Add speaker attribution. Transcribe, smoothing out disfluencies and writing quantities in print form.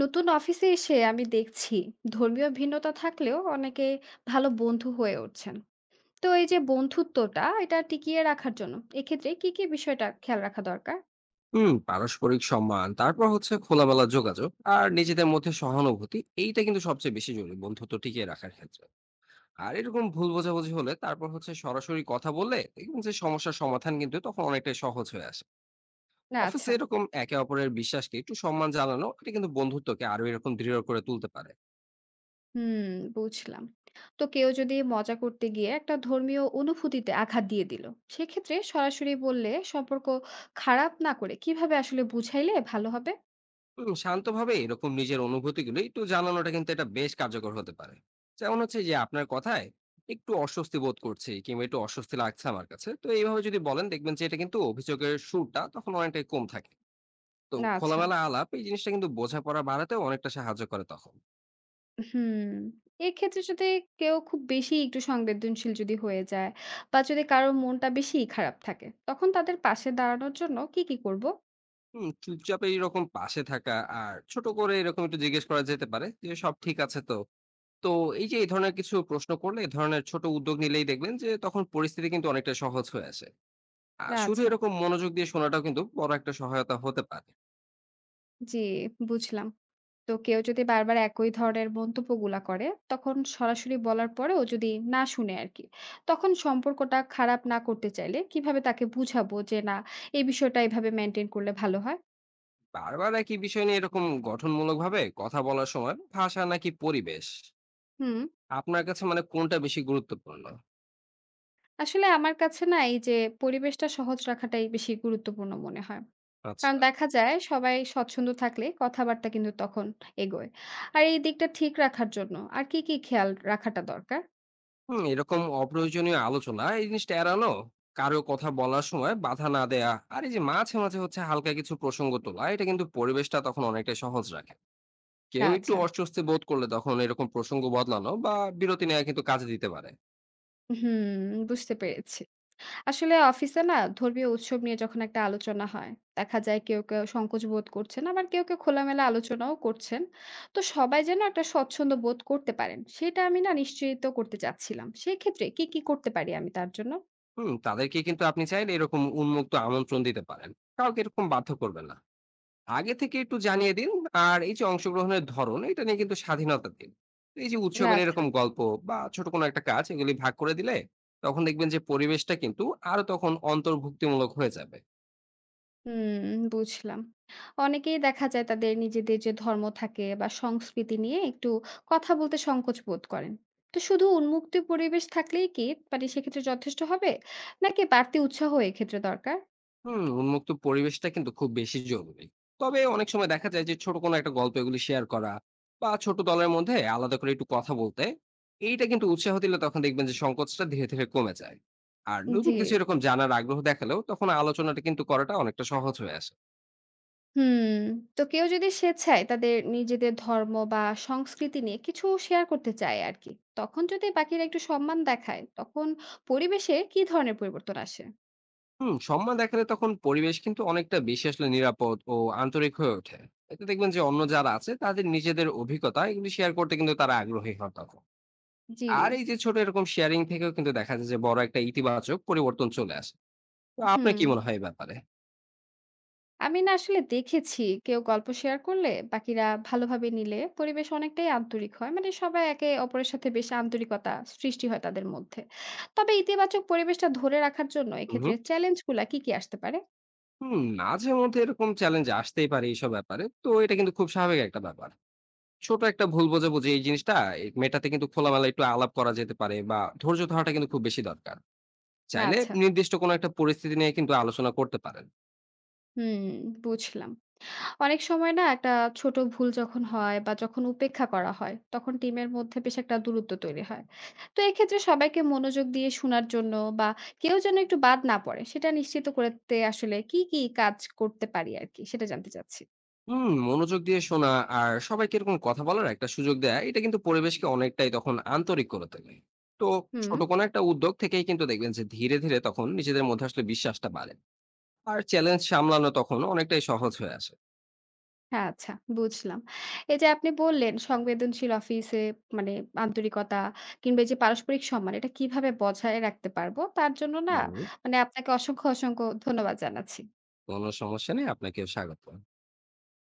Speaker 1: নতুন অফিসে এসে আমি দেখছি ধর্মীয় ভিন্নতা থাকলেও অনেকে ভালো বন্ধু হয়ে উঠছেন। তো এই যে বন্ধুত্বটা, এটা টিকিয়ে রাখার জন্য এক্ষেত্রে কি কি বিষয়টা খেয়াল রাখা দরকার?
Speaker 2: পারস্পরিক সম্মান তারপর হচ্ছে খোলামেলা যোগাযোগ। আর নিজেদের মধ্যে সহানুভূতি এইটা কিন্তু সবচেয়ে বেশি জরুরি বন্ধুত্ব টিকিয়ে রাখার ক্ষেত্রে। আর এরকম ভুল বোঝাবুঝি হলে তারপর হচ্ছে সরাসরি কথা বললে দেখবেন যে সমস্যার সমাধান কিন্তু তখন অনেকটাই সহজ হয়ে আসে।
Speaker 1: না
Speaker 2: অফিসে
Speaker 1: আচ্ছা,
Speaker 2: এরকম একে অপরের বিশ্বাসকে একটু সম্মান জানানো এটা কিন্তু বন্ধুত্বকে আরো এরকম দৃঢ় করে তুলতে পারে।
Speaker 1: হুম, বুঝলাম। তো কেউ যদি মজা করতে গিয়ে একটা ধর্মীয় অনুভূতিতে আঘাত দিয়ে দিল, সেক্ষেত্রে সরাসরি বললে সম্পর্ক খারাপ না করে কিভাবে আসলে বুঝাইলে ভালো হবে?
Speaker 2: শান্তভাবে এরকম নিজের অনুভূতিগুলো একটু জানানোটা কিন্তু এটা বেশ কার্যকর হতে পারে। যেমন হচ্ছে যে আপনার কথায় একটু অস্বস্তি বোধ করছি কিংবা একটু অস্বস্তি লাগছে আমার কাছে, তো এইভাবে যদি বলেন দেখবেন যে এটা কিন্তু অভিযোগের সুরটা তখন অনেকটাই কম থাকে। তো
Speaker 1: না আচ্ছা,
Speaker 2: খোলামেলা আলাপ এই জিনিসটা কিন্তু বোঝাপড়া বাড়াতে অনেকটা সাহায্য করে তখন।
Speaker 1: হুম। এক্ষেত্রে যদি কেউ খুব বেশি একটু সংবেদনশীল যদি হয়ে যায়, বা যদি কারো মনটা বেশিই খারাপ থাকে, তখন তাদের পাশে দাঁড়ানোর জন্য কি করব?
Speaker 2: চুপচাপ এইরকম পাশে থাকা আর ছোট করে এরকম একটু জিজ্ঞেস করা যেতে পারে যে সব ঠিক আছে তো। তো এই যে এই ধরনের কিছু প্রশ্ন করলে, এই ধরনের ছোট উদ্যোগ নিলেই দেখবেন যে তখন পরিস্থিতি কিন্তু অনেকটা সহজ হয়ে আসে। শুধু
Speaker 1: আচ্ছা,
Speaker 2: এরকম মনোযোগ দিয়ে শোনাটাও কিন্তু বড় একটা সহায়তা হতে পারে।
Speaker 1: জি, বুঝলাম। তো কেউ যদি বারবার একই ধরনের মন্তব্যগুলা করে, তখন সরাসরি বলার পরেও যদি না শুনে আরকি, তখন সম্পর্কটা খারাপ না করতে চাইলে কিভাবে তাকে বুঝাবো যে না, এই বিষয়টা এভাবে মেইনটেইন করলে ভালো হয়?
Speaker 2: বারবার একই বিষয় নিয়ে এরকম গঠনমূলকভাবে কথা বলার সময় ভাষা নাকি পরিবেশ?
Speaker 1: হুম।
Speaker 2: আপনার কাছে মানে কোনটা বেশি গুরুত্বপূর্ণ?
Speaker 1: আসলে আমার কাছে না, এই যে পরিবেশটা সহজ রাখাটাই বেশি গুরুত্বপূর্ণ মনে হয়। কারণ
Speaker 2: আচ্ছা।
Speaker 1: দেখা যায় সবাই স্বচ্ছন্দ থাকলে কথাবার্তা কিন্তু তখন এগোয়। আর এই দিকটা ঠিক রাখার জন্য আর কি খেয়াল রাখাটা দরকার?
Speaker 2: এরকম অপ্রয়োজনীয় আলোচনা এই জিনিসটা এড়ানো, কারো কথা বলার সময় বাধা না দেয়া, আর এই যে মাঝে, মাঝে হচ্ছে হালকা কিছু প্রসঙ্গ তোলা, এটা কিন্তু পরিবেশটা তখন অনেকটাই সহজ রাখে। কেউ একটু
Speaker 1: আচ্ছা।
Speaker 2: অস্বস্তি বোধ করলে তখন এরকম প্রসঙ্গ বদলানো বা বিরতি নেওয়া কিন্তু কাজে দিতে পারে।
Speaker 1: হুম, বুঝতে পেরেছি। আসলে অফিসে না, ধর্মীয় উৎসব নিয়ে যখন একটা আলোচনা হয়, দেখা যায় কেউ সংকোচ বোধ করছেন, আবার কেউ খোলামেলা আলোচনাও করছেন। তো সবাই যেন একটা স্বচ্ছন্দ বোধ করতে পারেন, সেটা আমি না নিশ্চিত করতে চাচ্ছিলাম। সেক্ষেত্রে কি করতে পারি আমি তার জন্য?
Speaker 2: তাদেরকে কিন্তু আপনি চাইলে এরকম উন্মুক্ত আমন্ত্রণ দিতে পারেন। কাউকে এরকম বাধ্য করবেন না। আগে থেকে একটু জানিয়ে দিন। আর এই যে অংশগ্রহণের ধরন, এটা নিয়ে কিন্তু স্বাধীনতা দিন। এই যে
Speaker 1: না,
Speaker 2: উৎসবের
Speaker 1: আচ্ছা।
Speaker 2: এরকম গল্প বা ছোট কোনো একটা কাজ এগুলি ভাগ করে দিলে তখন দেখবেন যে পরিবেশটা কিন্তু আরো তখন অন্তর্ভুক্তিমূলক হয়ে যাবে।
Speaker 1: হুম, বুঝলাম। অনেকেই দেখা যায় তাদের নিজেদের যে ধর্ম থাকে বা সংস্কৃতি নিয়ে একটু কথা বলতে সংকোচ বোধ করেন। তো শুধু উন্মুক্ত পরিবেশ থাকলেই কি, মানে সেক্ষেত্রে যথেষ্ট হবে? নাকি বাড়তি উৎসাহ এক্ষেত্রে দরকার?
Speaker 2: উন্মুক্ত পরিবেশটা কিন্তু খুব বেশি জরুরি। তবে অনেক সময় দেখা যায় যে ছোট কোনো একটা গল্প এগুলি শেয়ার করা বা ছোট দলের মধ্যে আলাদা করে একটু কথা বলতে, এইটা কিন্তু উৎসাহ দিলে তখন দেখবেন যে সংকোচটা ধীরে, ধীরে কমে যায়। আর নতুন
Speaker 1: জি।
Speaker 2: কিছু এরকম জানার আগ্রহ দেখালেও তখন আলোচনাটা কিন্তু করাটা অনেকটা সহজ হয়ে আসে।
Speaker 1: হুম। তো কেউ যদি স্বেচ্ছায় তাদের নিজেদের ধর্ম বা সংস্কৃতি নিয়ে কিছু শেয়ার করতে চায় আরকি, তখন যদি বাকিরা একটু সম্মান দেখায়, তখন পরিবেশে কি ধরনের পরিবর্তন আসে?
Speaker 2: সম্মান দেখালে তখন পরিবেশ কিন্তু অনেকটা বেশি আসলে নিরাপদ ও আন্তরিক হয়ে ওঠে। এতে দেখবেন যে অন্য যারা আছে তাদের নিজেদের অভিজ্ঞতা এগুলি শেয়ার করতে কিন্তু তারা আগ্রহী হন তখন।
Speaker 1: জি।
Speaker 2: আর এই যে ছোট এরকম শেয়ারিং থেকেও কিন্তু দেখা যায় যে বড় একটা ইতিবাচক পরিবর্তন চলে আসে। তো আপনার
Speaker 1: হুম।
Speaker 2: কি মনে হয় এই ব্যাপারে?
Speaker 1: আমি না আসলে দেখেছি কেউ গল্প শেয়ার করলে বাকিরা ভালোভাবে নিলে পরিবেশ অনেকটাই আন্তরিক হয়, মানে সবাই একে অপরের সাথে বেশ আন্তরিকতা সৃষ্টি হয় তাদের মধ্যে। তবে ইতিবাচক পরিবেশটা ধরে রাখার জন্য
Speaker 2: হু, হু।
Speaker 1: এক্ষেত্রে চ্যালেঞ্জগুলা কি কি আসতে পারে?
Speaker 2: মাঝে মধ্যে এরকম চ্যালেঞ্জ আসতেই পারে এইসব ব্যাপারে। তো এটা কিন্তু খুব স্বাভাবিক একটা ব্যাপার। ছোট একটা ভুল বোঝাবুঝি এই জিনিসটা এ মেটাতে কিন্তু খোলামেলা একটু আলাপ করা যেতে পারে, বা ধৈর্য ধরাটা কিন্তু খুব বেশি দরকার। চাইলে
Speaker 1: আচ্ছা,
Speaker 2: নির্দিষ্ট কোনো একটা পরিস্থিতি নিয়ে কিন্তু আলোচনা করতে পারেন।
Speaker 1: হুম, বুঝলাম। অনেক সময় না একটা ছোট ভুল যখন হয়, বা যখন উপেক্ষা করা হয়, তখন টিমের মধ্যে বেশ একটা দূরত্ব তৈরি হয়। তো এক্ষেত্রে সবাইকে মনোযোগ দিয়ে শোনার জন্য বা কেউ যেন একটু বাদ না পড়ে, সেটা নিশ্চিত করতে আসলে কি কি কাজ করতে পারি আর কি, সেটা জানতে চাচ্ছি।
Speaker 2: মনোযোগ দিয়ে শোনা আর সবাইকে এরকম কথা বলার একটা সুযোগ দেয়া, এটা কিন্তু পরিবেশকে অনেকটাই তখন আন্তরিক করে তোলে। তো
Speaker 1: হুম।
Speaker 2: ছোট কোনো একটা উদ্যোগ থেকেই কিন্তু দেখবেন যে ধীরে ধীরে তখন নিজেদের মধ্যে আসলে বিশ্বাসটা বাড়ে, আর চ্যালেঞ্জ সামলানো তখন অনেকটাই সহজ হয়ে আসে।
Speaker 1: হ্যাঁ আচ্ছা, বুঝলাম। এই যে আপনি বললেন সংবেদনশীল অফিসে, মানে আন্তরিকতা কিংবা এই যে পারস্পরিক সম্মান, এটা কিভাবে বজায় রাখতে পারবো তার জন্য না,
Speaker 2: হুম
Speaker 1: মানে আপনাকে অসংখ্য অসংখ্য ধন্যবাদ জানাচ্ছি।
Speaker 2: কোনো সমস্যা নেই, আপনাকেও স্বাগত।